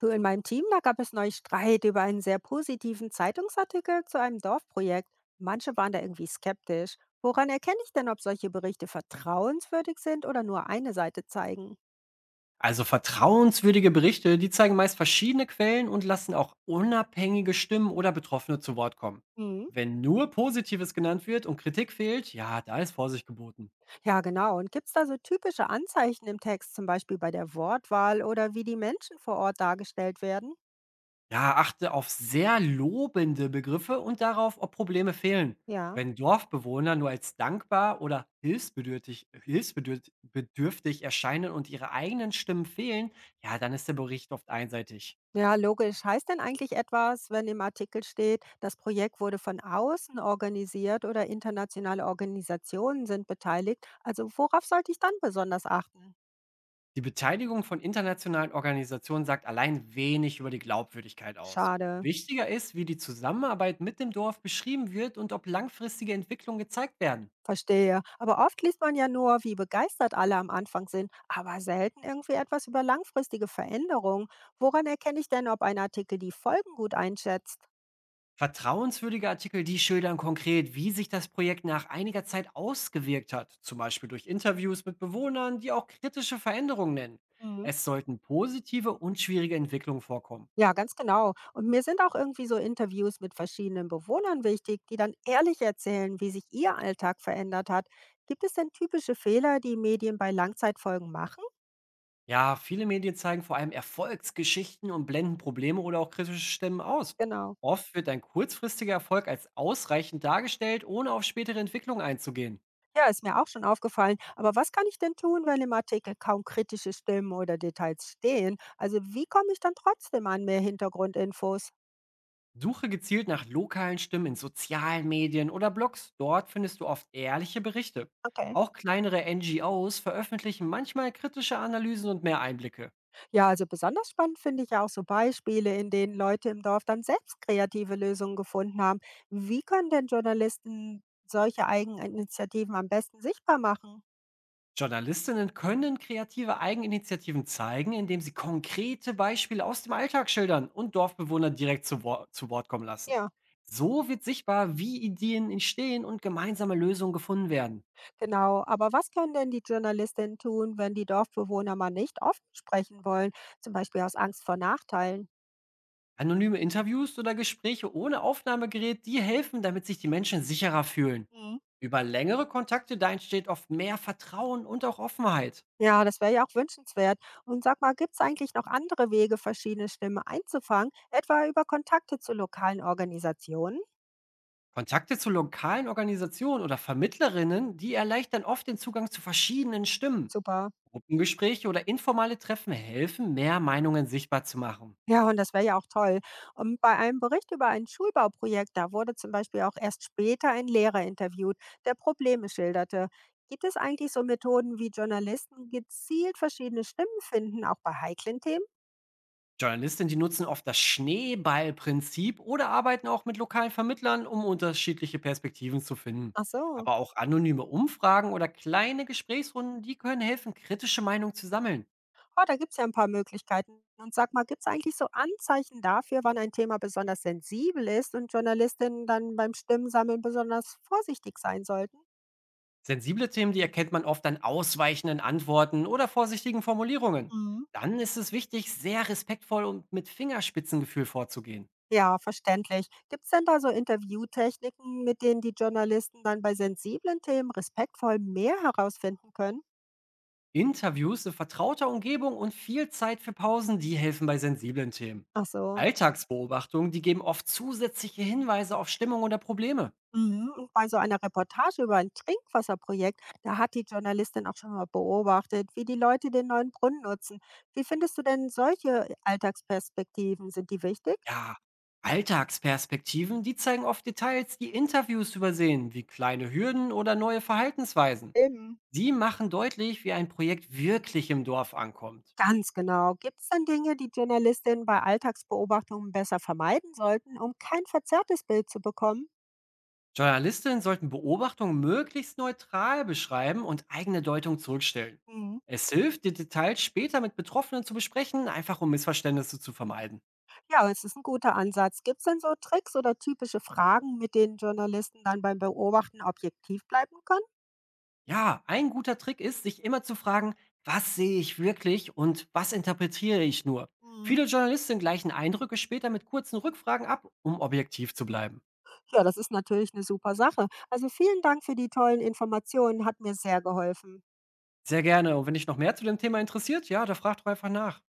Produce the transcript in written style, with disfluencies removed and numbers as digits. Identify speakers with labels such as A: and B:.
A: Du, in meinem Team, da gab es neulich Streit über einen sehr positiven Zeitungsartikel zu einem Dorfprojekt. Manche waren da irgendwie skeptisch. Woran erkenne ich denn, ob solche Berichte vertrauenswürdig sind oder nur eine Seite zeigen?
B: Also vertrauenswürdige Berichte, die zeigen meist verschiedene Quellen und lassen auch unabhängige Stimmen oder Betroffene zu Wort kommen.
A: Hm.
B: Wenn nur Positives genannt wird und Kritik fehlt, ja, da ist Vorsicht geboten.
A: Ja, genau. Und gibt es da so typische Anzeichen im Text, zum Beispiel bei der Wortwahl oder wie die Menschen vor Ort dargestellt werden?
B: Ja, achte auf sehr lobende Begriffe und darauf, ob Probleme fehlen.
A: Ja.
B: Wenn Dorfbewohner nur als dankbar oder hilfsbedürftig erscheinen und ihre eigenen Stimmen fehlen, ja, dann ist der Bericht oft einseitig.
A: Ja, logisch. Heißt denn eigentlich etwas, wenn im Artikel steht, das Projekt wurde von außen organisiert oder internationale Organisationen sind beteiligt? Also worauf sollte ich dann besonders achten?
B: Die Beteiligung von internationalen Organisationen sagt allein wenig über die Glaubwürdigkeit aus.
A: Schade,
B: Wichtiger ist, wie die Zusammenarbeit mit dem Dorf beschrieben wird und ob langfristige Entwicklungen gezeigt werden.
A: verstehe. Aber oft liest man ja nur, wie begeistert alle am Anfang sind, aber selten irgendwie etwas über langfristige Veränderungen. Woran erkenne ich denn, ob ein Artikel die Folgen gut einschätzt?
B: Vertrauenswürdige Artikel, die schildern konkret, wie sich das Projekt nach einiger Zeit ausgewirkt hat, zum Beispiel durch Interviews mit Bewohnern, die auch kritische Veränderungen nennen.
A: Mhm.
B: Es sollten positive und schwierige Entwicklungen vorkommen.
A: Ja, ganz genau. Und mir sind auch irgendwie so Interviews mit verschiedenen Bewohnern wichtig, die dann ehrlich erzählen, wie sich ihr Alltag verändert hat. Gibt es denn typische Fehler, die Medien bei Langzeitfolgen machen?
B: Ja, viele Medien zeigen vor allem Erfolgsgeschichten und blenden Probleme oder auch kritische Stimmen aus.
A: Genau.
B: Oft wird ein kurzfristiger Erfolg als ausreichend dargestellt, ohne auf spätere Entwicklung einzugehen.
A: Ja, ist mir auch schon aufgefallen. Aber was kann ich denn tun, wenn im Artikel kaum kritische Stimmen oder Details stehen? Also wie komme ich dann trotzdem an mehr Hintergrundinfos?
B: Suche gezielt nach lokalen Stimmen in sozialen Medien oder Blogs. Dort findest du oft ehrliche Berichte.
A: Okay.
B: Auch kleinere NGOs veröffentlichen manchmal kritische Analysen und mehr Einblicke.
A: Ja, also besonders spannend finde ich ja auch so Beispiele, in denen Leute im Dorf dann selbst kreative Lösungen gefunden haben. Wie können denn Journalisten solche Eigeninitiativen am besten sichtbar machen?
B: Journalistinnen können kreative Eigeninitiativen zeigen, indem sie konkrete Beispiele aus dem Alltag schildern und Dorfbewohner direkt zu Wort kommen lassen.
A: Ja.
B: So wird sichtbar, wie Ideen entstehen und gemeinsame Lösungen gefunden werden.
A: Genau, aber was können denn die Journalistinnen tun, wenn die Dorfbewohner mal nicht offen sprechen wollen, zum Beispiel aus Angst vor Nachteilen?
B: Anonyme Interviews oder Gespräche ohne Aufnahmegerät, die helfen, damit sich die Menschen sicherer fühlen.
A: Mhm.
B: Über längere Kontakte, da entsteht oft mehr Vertrauen und auch Offenheit.
A: Ja, das wäre ja auch wünschenswert. Und sag mal, gibt es eigentlich noch andere Wege, verschiedene Stimmen einzufangen, etwa über Kontakte zu lokalen Organisationen?
B: Kontakte zu lokalen Organisationen oder Vermittlerinnen, die erleichtern oft den Zugang zu verschiedenen Stimmen.
A: Super.
B: Gruppengespräche oder informelle Treffen helfen, mehr Meinungen sichtbar zu machen.
A: Ja, und das wäre ja auch toll. Und bei einem Bericht über ein Schulbauprojekt, da wurde zum Beispiel auch erst später ein Lehrer interviewt, der Probleme schilderte. Gibt es eigentlich so Methoden, wie Journalisten gezielt verschiedene Stimmen finden, auch bei heiklen Themen?
B: Journalistinnen, die nutzen oft das Schneeballprinzip oder arbeiten auch mit lokalen Vermittlern, um unterschiedliche Perspektiven zu finden.
A: Ach so,
B: Aber auch anonyme Umfragen oder kleine Gesprächsrunden, die können helfen, kritische Meinungen zu sammeln.
A: oh, da gibt es ja ein paar Möglichkeiten. Und sag mal, gibt es eigentlich so Anzeichen dafür, wann ein Thema besonders sensibel ist und Journalistinnen dann beim Stimmensammeln besonders vorsichtig sein sollten?
B: Sensible Themen, die erkennt man oft an ausweichenden Antworten oder vorsichtigen Formulierungen.
A: Mhm.
B: Dann ist es wichtig, sehr respektvoll und mit Fingerspitzengefühl vorzugehen.
A: Ja, verständlich. Gibt es denn da so Interviewtechniken, mit denen die Journalisten dann bei sensiblen Themen respektvoll mehr herausfinden können?
B: Interviews in vertrauter Umgebung und viel Zeit für Pausen, die helfen bei sensiblen Themen.
A: Ach so.
B: Alltagsbeobachtungen, die geben oft zusätzliche Hinweise auf Stimmung oder Probleme.
A: Mhm. Und bei so einer Reportage über ein Trinkwasserprojekt, da hat die Journalistin auch schon mal beobachtet, wie die Leute den neuen Brunnen nutzen. Wie findest du denn solche Alltagsperspektiven? Sind die wichtig?
B: Ja, Alltagsperspektiven, die zeigen oft Details, die Interviews übersehen, wie kleine Hürden oder neue Verhaltensweisen.
A: Eben.
B: Die machen deutlich, wie ein Projekt wirklich im Dorf ankommt.
A: Ganz genau. Gibt es denn Dinge, die Journalistinnen bei Alltagsbeobachtungen besser vermeiden sollten, um kein verzerrtes Bild zu bekommen?
B: Journalistinnen sollten Beobachtungen möglichst neutral beschreiben und eigene Deutung zurückstellen.
A: Mhm.
B: Es hilft, die Details später mit Betroffenen zu besprechen, einfach um Missverständnisse zu vermeiden.
A: Ja, es ist ein guter Ansatz. Gibt es denn so Tricks oder typische Fragen, mit denen Journalisten dann beim Beobachten objektiv bleiben können?
B: Ja, ein guter Trick ist, sich immer zu fragen, was sehe ich wirklich und was interpretiere ich nur.
A: Mhm.
B: Viele Journalistinnen gleichen Eindrücke später mit kurzen Rückfragen ab, um objektiv zu bleiben.
A: Ja, das ist natürlich eine super Sache. Also, vielen Dank für die tollen Informationen, hat mir sehr geholfen.
B: Sehr gerne. Und wenn dich noch mehr zu dem Thema interessiert, ja, da frag doch einfach nach.